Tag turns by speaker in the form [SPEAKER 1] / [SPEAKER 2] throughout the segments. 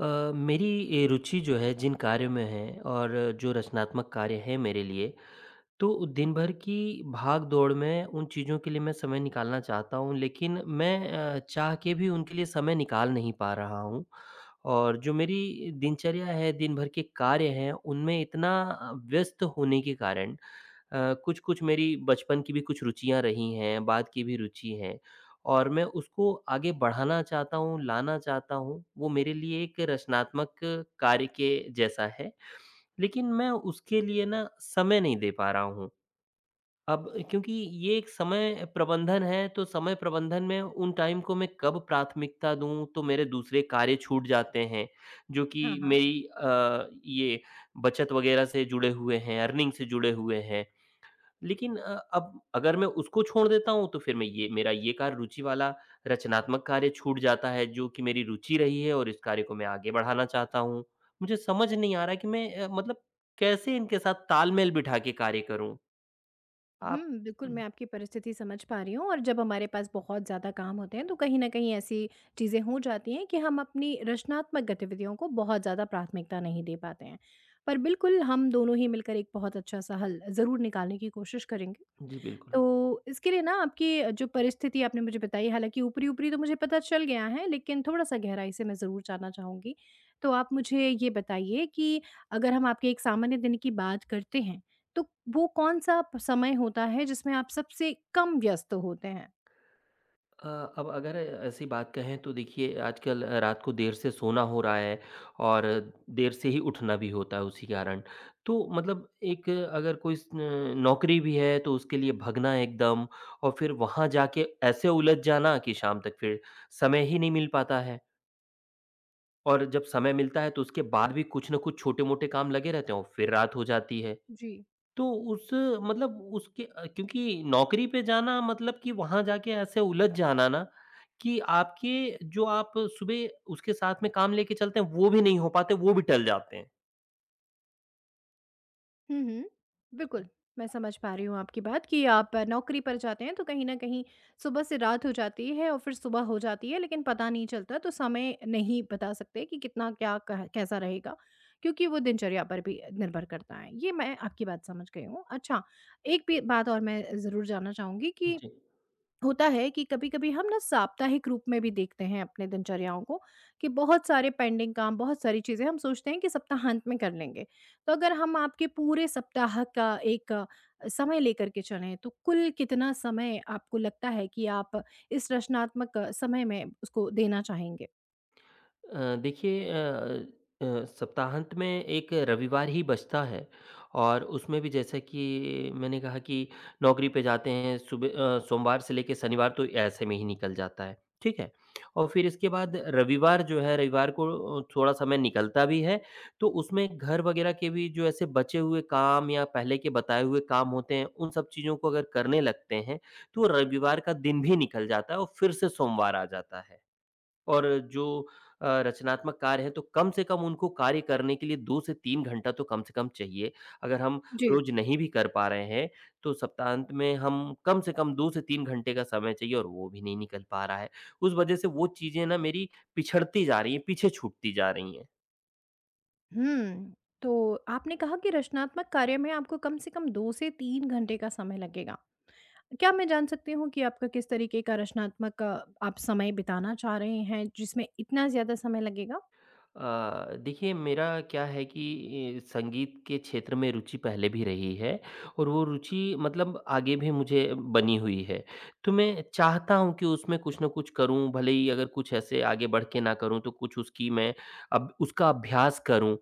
[SPEAKER 1] मेरी ये रुचि जो है, जिन कार्यों में है, और जो रचनात्मक कार्य है मेरे लिए, तो दिन भर की भाग-दौड़ में उन चीज़ों के लिए मैं समय निकालना चाहता हूँ, लेकिन मैं चाह के भी उनके लिए समय निकाल नहीं पा रहा हूँ। और जो मेरी दिनचर्या है, दिन भर के कार्य हैं, उनमें इतना व्यस्त होने के कारण, कुछ-कुछ मेरी बचपन की भी कुछ रुचियाँ रही हैं, बाद की भी रुचि हैं, और मैं उसको आगे बढ़ाना चाहता हूँ, लाना चाहता हूँ। वो मेरे लिए एक रचनात्मक कार्य के जैसा है, लेकिन मैं उसके लिए ना समय नहीं दे पा रहा हूँ। अब क्योंकि ये एक समय प्रबंधन है, तो समय प्रबंधन में उन टाइम को मैं कब प्राथमिकता दूँ, तो मेरे दूसरे कार्य छूट जाते हैं, जो कि
[SPEAKER 2] हाँ, हाँ।
[SPEAKER 1] मेरी ये बचत वगैरह से जुड़े हुए हैं, अर्निंग से जुड़े हुए हैं। लेकिन अब अगर मैं उसको छोड़ देता हूँ, तो फिर मैं ये मेरा ये कार्य रुचि वाला रचनात्मक कार्य छूट जाता है, जो कि मेरी रुचि रही है और इस कार्य को मैं आगे बढ़ाना चाहता हूँ। मुझे समझ नहीं आ रहा कि मैं मतलब कैसे इनके साथ तालमेल बिठा के कार्य करूँ? आप।
[SPEAKER 2] बिल्कुल मैं
[SPEAKER 1] हुँ।
[SPEAKER 2] आपकी परिस्थिति समझ पा रही हूँ और जब हमारे पास बहुत ज़्यादा काम होते हैं तो कहीं न कहीं ऐसी चीज़ें हो जाती हैं कि हम अपनी रचनात्मक गतिविधियों को बहुत ज़्यादा प्राथमिकता नहीं दे पाते हैं। पर बिल्कुल हम दोनों ही मिलकर एक बहुत अच्छा-सा हल ज़रूर निकालने की कोशिश करेंगे।
[SPEAKER 1] जी, बिल्कुल।
[SPEAKER 2] तो इसके लिए ना आपकी जो परिस्थिति आपने मुझे बताई, हालाँकि ऊपरी-ऊपरी तो मुझे पता चल गया है, लेकिन थोड़ा-सा गहराई से मैं ज़रूर जानना चाहूँगी। तो आप मुझे ये बताइए कि अगर हम आपके एक सामान्य दिन की बात करते हैं, तो वो कौन-सा प समय होता है जिसमें आप सबसे कम व्यस्त होते हैं?
[SPEAKER 1] अ, अब अगर ऐसी बात कहें तो देखिए, आजकल रात को देर से सोना हो रहा है और देर से ही उठना भी होता है उसी कारण। तो मतलब, एक अगर कोई स न नौकरी भी है तो उसके लिए भगना एकदम। और फिर वहाँ जाके ऐसे उलझ जाना कि शाम तक फिर समय ही नहीं मिल पाता है। और जब समय मिलता है तो उसके बाद भी कुछ न कुछ छोटे-मोटे काम लगे रहते हैं और फिर रात हो जाती है।
[SPEAKER 2] जी।
[SPEAKER 1] तो उस मतलब उसके, क्योंकि नौकरी पे जाना मतलब कि वहाँ जाके ऐसे उलझ जाना ना, कि आपके जो आप सुबह उसके साथ में काम लेके चलते हैं, वो भी नहीं हो पाते, वो भी टल जाते हैं।
[SPEAKER 2] हुँ, हुँ। बिल्कुल, मैं समझ पा रही हूँ आपकी बात कि आप नौकरी पर जाते हैं तो कहीं न कहीं सुबह से रात हो जाती है और फिर सुबह हो जाती है, लेकिन पता नहीं चलता, तो समय नहीं बता सकते कि कितना क्या कह कैसा रहेगा, क्योंकि वो दिनचर्या पर भी निर्भर करता है। ये मैं आपकी बात समझ गई हूँ। अच्छा, एक भी बात और मैं ज़रूर जानना चाहूँगी कि
[SPEAKER 1] जी।
[SPEAKER 2] होता है कि कभी-कभी हम ना साप्ताहिक रूप में भी देखते हैं अपने दिनचर्याओं को कि बहुत सारे पेंडिंग काम, बहुत सारी चीज़ें हम सोचते हैं कि सप्ताहांत में कर लेंगे। तो अगर हम आपके पूरे सप्ताह का एक समय लेकर के चलें, तो कुल कितना समय आपको लगता है कि आप इस रचनात्मक समय में उसको देना चाहेंगे?
[SPEAKER 1] देखिए, अ, सप्ताहांत में एक रविवार ही बचता है, और उसमें भी जैसा कि मैंने कहा कि नौकरी पे जाते हैं सुबह, सोमवार से लेके शनिवार, तो ऐसे में ही निकल जाता है, ठीक है? और फिर इसके बाद रविवार जो है, रविवार को थोड़ा समय निकलता भी है, तो उसमें घर वगैरह के भी जो ऐसे बचे हुए काम या पहले के बताए हुए काम होते हैं, उन सब चीज़ों को अगर करने लगते हैं, तो रविवार का दिन भी निकल जाता है और फिर से सोमवार आ जाता है। और जो रचनात्मक कार्य हैं, तो कम से कम उनको कार्य करने के लिए 2 से 3 घंटा तो कम से कम चाहिए। अगर हम
[SPEAKER 2] जी।
[SPEAKER 1] रोज़ नहीं भी कर पा रहे हैं, तो सप्ताहांत में हम कम से कम 2 से 3 घंटे का समय चाहिए और वो भी नहीं निकल पा रहा है। उस वजह से वो चीज़ें ना मेरी पिछड़ती जा रही हैं, पीछे छूटती जा रही हैं।
[SPEAKER 2] हुँ, तो आपने कहा कि रचनात्मक कार्य में आपको कम से कम 2 से 3 घंटे का समय लगेगा। क्या मैं जान सकती हूँ कि आपका किस तरीके का रचनात्मक आप समय बिताना चाह रहे हैं जिसमें इतना ज़्यादा समय लगेगा?
[SPEAKER 1] देखिए, मेरा क्या है कि संगीत के क्षेत्र में रुचि पहले भी रही है और वो रुचि मतलब आगे भी मुझे बनी हुई है, तो मैं चाहता हूँ कि उसमें कुछ ना कुछ करूँ, भले ही अगर कुछ ऐसे आगे बढ़ के ना करूँ तो कुछ उसकी मैं अब उसका अभ्यास करूँ।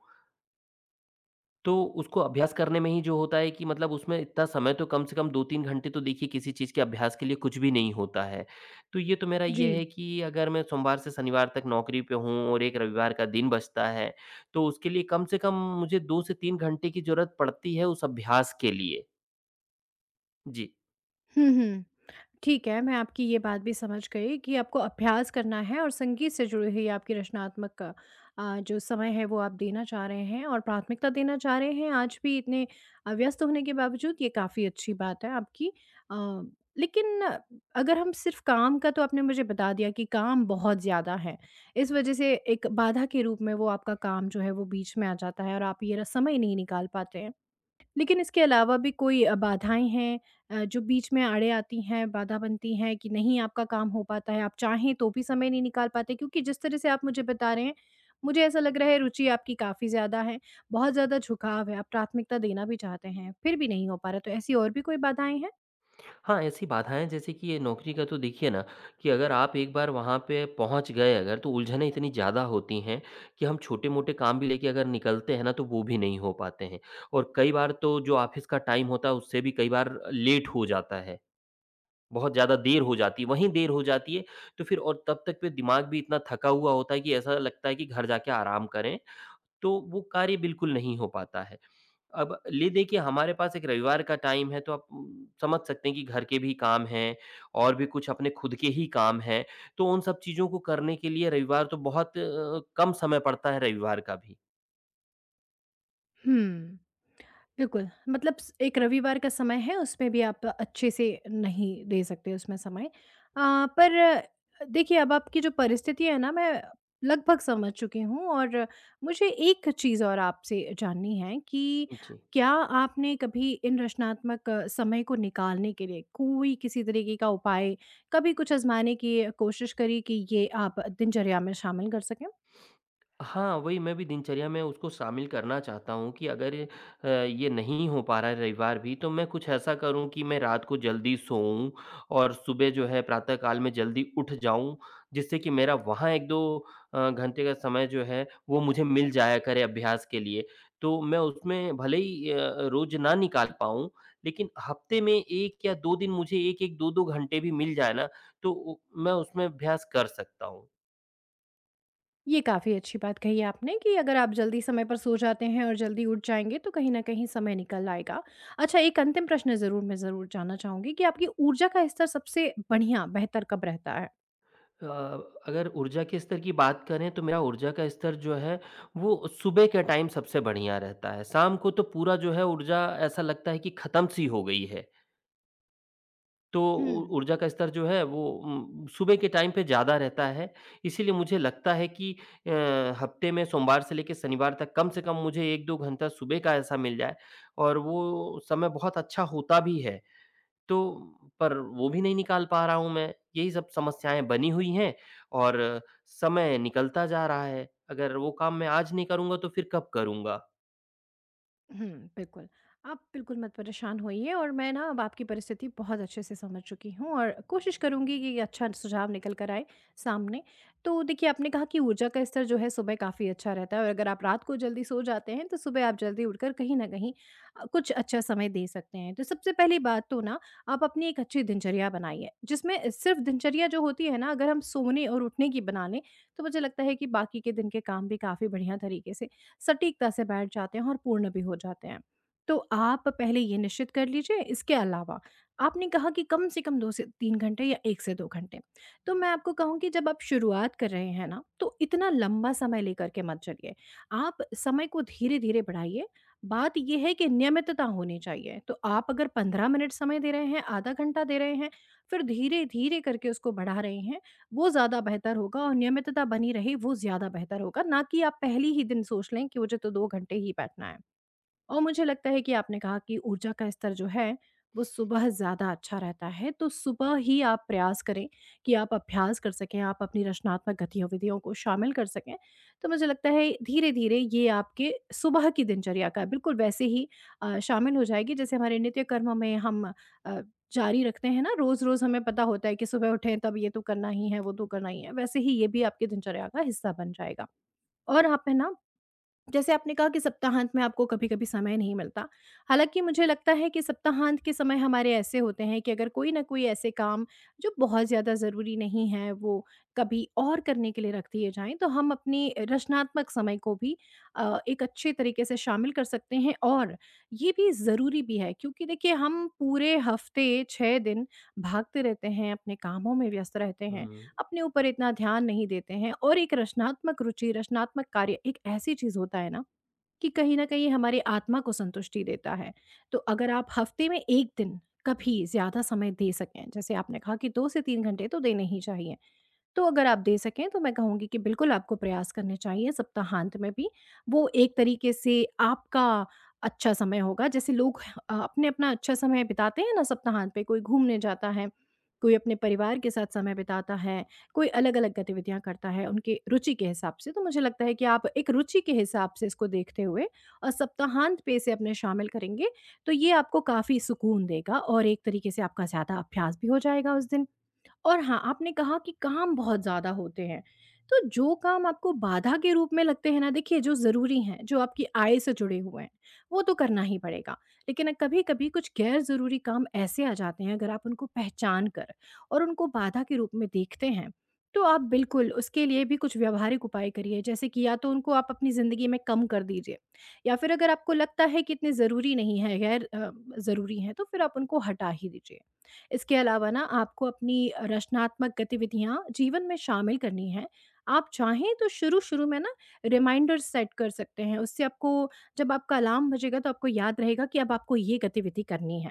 [SPEAKER 1] तो उसको अभ्यास करने में ही जो होता है कि मतलब उसमें इतना समय तो कम से कम 2-3 घंटे, तो देखिए किसी चीज़ के अभ्यास के लिए कुछ भी नहीं होता है। तो ये तो मेरा
[SPEAKER 2] जी।
[SPEAKER 1] ये है कि अगर मैं सोमवार से शनिवार तक नौकरी पे हूँ और एक रविवार का दिन बचता है, तो उसके लिए कम से कम मुझे 2 से 3 घंटे की ज़रूरत पड़ती है उस अभ्यास के लिए। जी।
[SPEAKER 2] हुँ, हुँ। ठीक है, मैं आपकी ये बात भी समझ गई कि आपको अभ्यास करना है और संगीत से जुड़ी हुई आपकी रचनात्मक जो समय है वो आप देना चाह रहे हैं और प्राथमिकता देना चाह रहे हैं। आज भी इतने व्यस्त होने के बावजूद ये काफ़ी अच्छी बात है आपकी। अ, लेकिन अगर हम सिर्फ काम का, तो आपने मुझे बता दिया कि काम बहुत ज़्यादा है। इस वज़ह से एक बाधा के रूप में वो आपका काम जो है वो बीच में आ जाता है और आप ये र समय नहीं निकाल पाते हैं। लेकिन इसके अलावा भी कोई बाधाएँ हैं जो बीच में आड़े आती हैं, बाधा बनती हैं कि नहीं आपका काम हो पाता है, आप चाहें तो भी समय नहीं निकाल पाते? क्योंकि जिस तरह से आप मुझे बता रहे हैं, मुझे ऐसा लग रहा है रुचि आपकी काफ़ी ज़्यादा है, बहुत ज़्यादा झुकाव है, आप प्राथमिकता देना भी चाहते हैं, फिर भी नहीं हो पा रहा, तो ऐसी और भी कोई बाधाएँ हैं?
[SPEAKER 1] हाँ, ऐसी बाधाएँ जैसे कि ये नौकरी का, तो देखिए ना, कि अगर आप एक बार वहाँ पे पहुँच गए अगर, तो उलझनें इतनी ज़्यादा होती हैं कि हम छोटे-मोटे काम भी लेके अगर निकलते हैं ना, तो वो भी नहीं हो पाते हैं। और कई बार तो जो ऑफ़िस का टाइम होता है, उससे भी कई बार लेट हो जाता है। बहुत ज़्यादा देर हो जाती है, वहीं देर हो जाती है, तो फिर और तब तक पे दिमाग भी इतना थका हुआ होता है कि ऐसा लगता है कि घर जाके आराम करें, तो वो कार्य बिल्कुल नहीं हो पाता है। अब ले देखिए, हमारे पास एक रविवार का टाइम है, तो आप समझ सकते हैं कि घर के भी काम हैं, और भी कुछ अपने खुद के ही काम हैं, तो उन सब चीज़ों को करने के लिए रविवार तो बहुत कम समय पड़ता है रविवार का भी।
[SPEAKER 2] हुँ। बिल्कुल, मतलब स एक रविवार का समय है, उसमें भी आप अच्छे से नहीं दे सकते उसमें समय। पर देखिए, अब आपकी जो परिस्थिति है ना, मैं लगभग समझ चुकी हूँ और मुझे एक चीज़ और आपसे जाननी है कि
[SPEAKER 1] जी।
[SPEAKER 2] क्या आपने कभी इन रचनात्मक समय को निकालने के लिए कोई किसी तरीके का उपाय, कभी कुछ आज़माने की कोशिश करी कि ये आप दिनचर्या में शामिल कर सकें?
[SPEAKER 1] हाँ, वही मैं भी दिनचर्या में उसको शामिल करना चाहता हूँ कि अगर ये नहीं हो पा रहा है रविवार भी, तो मैं कुछ ऐसा करूँ कि मैं रात को जल्दी सोऊँ और सुबह जो है प्रातः काल में जल्दी उठ जाऊँ, जिससे कि मेरा वहाँ 1-2 घंटे का समय जो है वो मुझे मिल जाया करे अभ्यास के लिए। तो मैं उसमें भले ही रोज़ ना निकाल पाऊँ, लेकिन हफ्ते में 1 या 2 दिन मुझे 1-1, 2-2 घंटे भी मिल जाए ना, तो उ मैं उसमें अभ्यास कर सकता हूँ।
[SPEAKER 2] ये काफ़ी अच्छी बात कही आपने कि अगर आप जल्दी समय पर सो जाते हैं और जल्दी उठ जाएँगे तो कहीं न कहीं समय निकल आएगा। अच्छा, एक अंतिम प्रश्न ज़रूर मैं ज़रूर जानना चाहूँगी कि आपकी ऊर्जा का स्तर सबसे बढ़िया बेहतर कब रहता
[SPEAKER 1] अ, अगर ऊर्जा के स्तर की बात करें, तो मेरा ऊर्जा का स्तर जो है वो सुबह के टाइम सबसे बढ़िया रहता है। शाम को तो पूरा जो है ऊर्जा ऐसा लगता है कि ख़त्म-सी हो गई है। तो ऊ
[SPEAKER 2] है?
[SPEAKER 1] ऊर्जा का स्तर जो है वो सुबह के टाइम पे ज़्यादा रहता है। इसीलिए मुझे लगता है कि अ, हफ़्ते में सोमवार से लेके शनिवार तक कम से कम मुझे 1-2 घंटा सुबह का ऐसा मिल जाए, और वो समय बहुत अच्छा होता भी है। तो पर वो भी नहीं निकाल पा रहा हूँ मैं, यही सब समस्याएँ बनी हुई हैं और समय निकलता जा रहा है। अगर वो काम मैं आज नहीं करूँगा तो फिर कब करूँगा?
[SPEAKER 2] हुँ, बिल्कुल। आप बिल्कुल मत परेशान होइए और मैं ना अब आपकी परिस्थिति बहुत अच्छे से समझ चुकी हूँ और कोशिश करूँगी कि ये अच्छा सुझाव निकल कर आए सामने। तो देखिए, आपने कहा कि ऊर्जा का स्तर जो है सुबह काफ़ी अच्छा रहता है और अगर आप रात को जल्दी सो जाते हैं तो सुबह आप जल्दी उठकर कहीं न कहीं कुछ अच्छा समय दे सकते हैं। तो सबसे पहली बात तो ना, आप अपनी एक अच्छी दिनचर्या बनाइए जिसमें सिर्फ़ दिनचर्या जो होती है ना, अगर हम सोने और उठने की बना लें, तो मुझे लगता है कि बाकी के दिन के काम भी काफ़ी बढ़िया तरीके से, सटीकता से बैठ जाते हैं और पूर्ण भी हो जाते हैं। तो आप पहले ये निश्चित कर लीजिए। इसके अलावा, आपने कहा कि कम से कम 2 से 3 घंटे या 1 से 2 घंटे। तो मैं आपको कहूँगी, जब आप शुरुआत कर रहे हैं ना, तो इतना लंबा समय लेकर के मत चलिए। आप समय को धीरे-धीरे बढ़ाइए। बात ये है कि नियमितता होनी चाहिए। तो आप अगर 15 मिनट समय दे रहे हैं, आधा घंटा दे रहे हैं, फिर धीरे-धीरे करके उसको बढ़ा रहे हैं, वो ज़्यादा बेहतर होगा और नियमितता बनी रहे वो ज़्यादा बेहतर होगा, ना कि आप पहले ही दिन सोच लें कि मुझे तो 2 घंटे ही बैठना है। और मुझे लगता है कि आपने कहा कि ऊर्जा का स्तर जो है वो सुबह ज़्यादा अच्छा रहता है, तो सुबह ही आप प्रयास करें कि आप अभ्यास कर सकें, आप अपनी रचनात्मक गतिविधियों को शामिल कर सकें। तो मुझे लगता है धीरे-धीरे ये आपके सुबह की दिनचर्या का बिल्कुल वैसे ही शामिल हो जाएगी, जैसे हमारे नित्य कर्म में हम अ, जारी रखते हैं ना, रोज़-रोज़ हमें पता होता है कि सुबह उठे तब ये तो करना ही है, वो तो करना ही है, वैसे ही ये भी आपकी दिनचर्या का हिस्सा बन जाएगा। और आप है ना, जैसे आपने कहा कि सप्ताहांत में आपको कभी-कभी समय नहीं मिलता। हालाँकि मुझे लगता है कि सप्ताहांत के समय हमारे ऐसे होते हैं कि अगर कोई ना कोई ऐसे काम जो बहुत ज़्यादा ज़रूरी नहीं है, वो कभी और करने के लिए रख दिए जाएँ, तो हम अपनी रचनात्मक समय को भी एक अच्छे तरीके से शामिल कर सकते हैं और ये भी ज़रूरी भी है, क्योंकि देखिए, हम पूरे हफ़्ते 6 दिन भागते रहते हैं, अपने कामों में व्यस्त रहते हैं।
[SPEAKER 1] हुँ,
[SPEAKER 2] अपने ऊपर इतना ध्यान नहीं देते हैं और एक रचनात्मक रुचि, रचनात्मक कार्य एक ऐसी चीज़ होता है ना, कि कहीं न कहीं हमारी आत्मा को संतुष्टि देता है। तो अगर आप हफ़्ते में 1 दिन कभी ज़्यादा समय दे सकें, जैसे आपने कहा कि 2 से 3 घंटे तो देने ही चाहिए। तो अगर आप दे सकें, तो मैं कहूँगी कि बिल्कुल आपको प्रयास करने चाहिए सप्ताहांत में भी। वो एक तरीके से आपका अच्छा समय होगा, जैसे लोग अपने अपना अच्छा समय बिताते हैं ना, सप्ताहांत पे कोई घूमने जाता है, कोई अपने परिवार के साथ समय बिताता है, कोई अलग-अलग गतिविधियाँ करता है उनकी रुचि के हिसाब से। तो मुझे लगता है कि आप एक रुचि के हिसाब से इसको देखते हुए और सप्ताहांत पे इसे अपने शामिल करेंगे, तो ये आपको काफ़ी सुकून देगा और एक तरीके से आपका ज़्यादा अभ्यास भी हो जाएगा उस दिन। और हाँ, आपने कहा कि काम बहुत ज़्यादा होते हैं, तो जो काम आपको बाधा के रूप में लगते हैं ना, देखिए, जो ज़रूरी हैं, जो आपकी आय से जुड़े हुए हैं, वो तो करना ही पड़ेगा। लेकिन कभी-कभी कुछ गैर ज़रूरी काम ऐसे आ जाते हैं, अगर आप उनको पहचान कर और उनको बाधा के रूप में देखते हैं, तो आप बिल्कुल उसके लिए भी कुछ व्यावहारिक उपाय करिए। जैसे कि या तो उनको आप अपनी ज़िंदगी में कम कर दीजिए या फिर अगर आपको लगता है कि इतने ज़रूरी नहीं है, गैर ज़रूरी हैं, तो फिर आप उनको हटा ही दीजिए। इसके अलावा ना, आपको अपनी रचनात्मक गतिविधियाँ जीवन में शामिल करनी है। आप चाहें तो शुरू-शुरू में ना, रिमाइंडर्स सेट कर सकते हैं। उससे आपको, जब आपका अलार्म बजेगा तो आपको याद रहेगा कि अब आपको ये गतिविधि करनी है।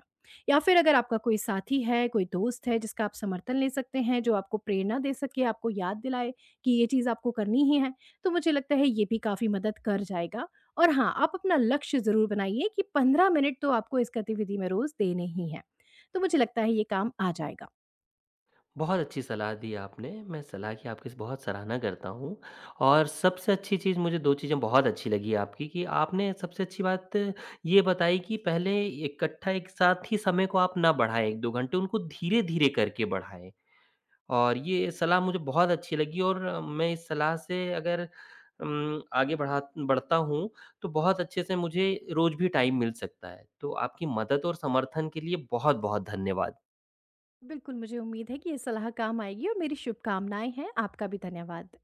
[SPEAKER 2] या फिर अगर आपका कोई साथी है, कोई दोस्त है जिसका आप समर्थन ले सकते हैं, जो आपको प्रेरणा दे सके, आपको याद दिलाए कि ये चीज़ आपको करनी ही है, तो मुझे लगता है ये भी काफ़ी मदद कर जाएगा। और हाँ, आप अपना लक्ष्य ज़रूर बनाइए कि 15 मिनट तो आपको इस गतिविधि में रोज़ देने ही हैं। तो मुझे लगता है ये काम आ जाएगा।
[SPEAKER 1] बहुत अच्छी सलाह दी आपने, मैं सलाह की आपकी बहुत सराहना करता हूँ। और सबसे अच्छी चीज़, मुझे 2 चीज़ें बहुत अच्छी लगी आपकी, कि आपने सबसे अच्छी बात ये बताई कि पहले इकट्ठा एक साथ ही समय को आप ना बढ़ाएँ 1-2 घंटे, उनको धीरे-धीरे करके बढ़ाएँ। और ये सलाह मुझे बहुत अच्छी लगी, और मैं इस सलाह से अगर आगे बढ़ा बढ़ता हूँ, तो बहुत अच्छे से मुझे रोज़ भी टाइम मिल सकता है। तो आपकी मदद और समर्थन के लिए बहुत-बहुत धन्यवाद।
[SPEAKER 2] बिल्कुल, मुझे उम्मीद है कि ये सलाह काम आएगी और मेरी शुभकामनाएं हैं। आपका भी धन्यवाद।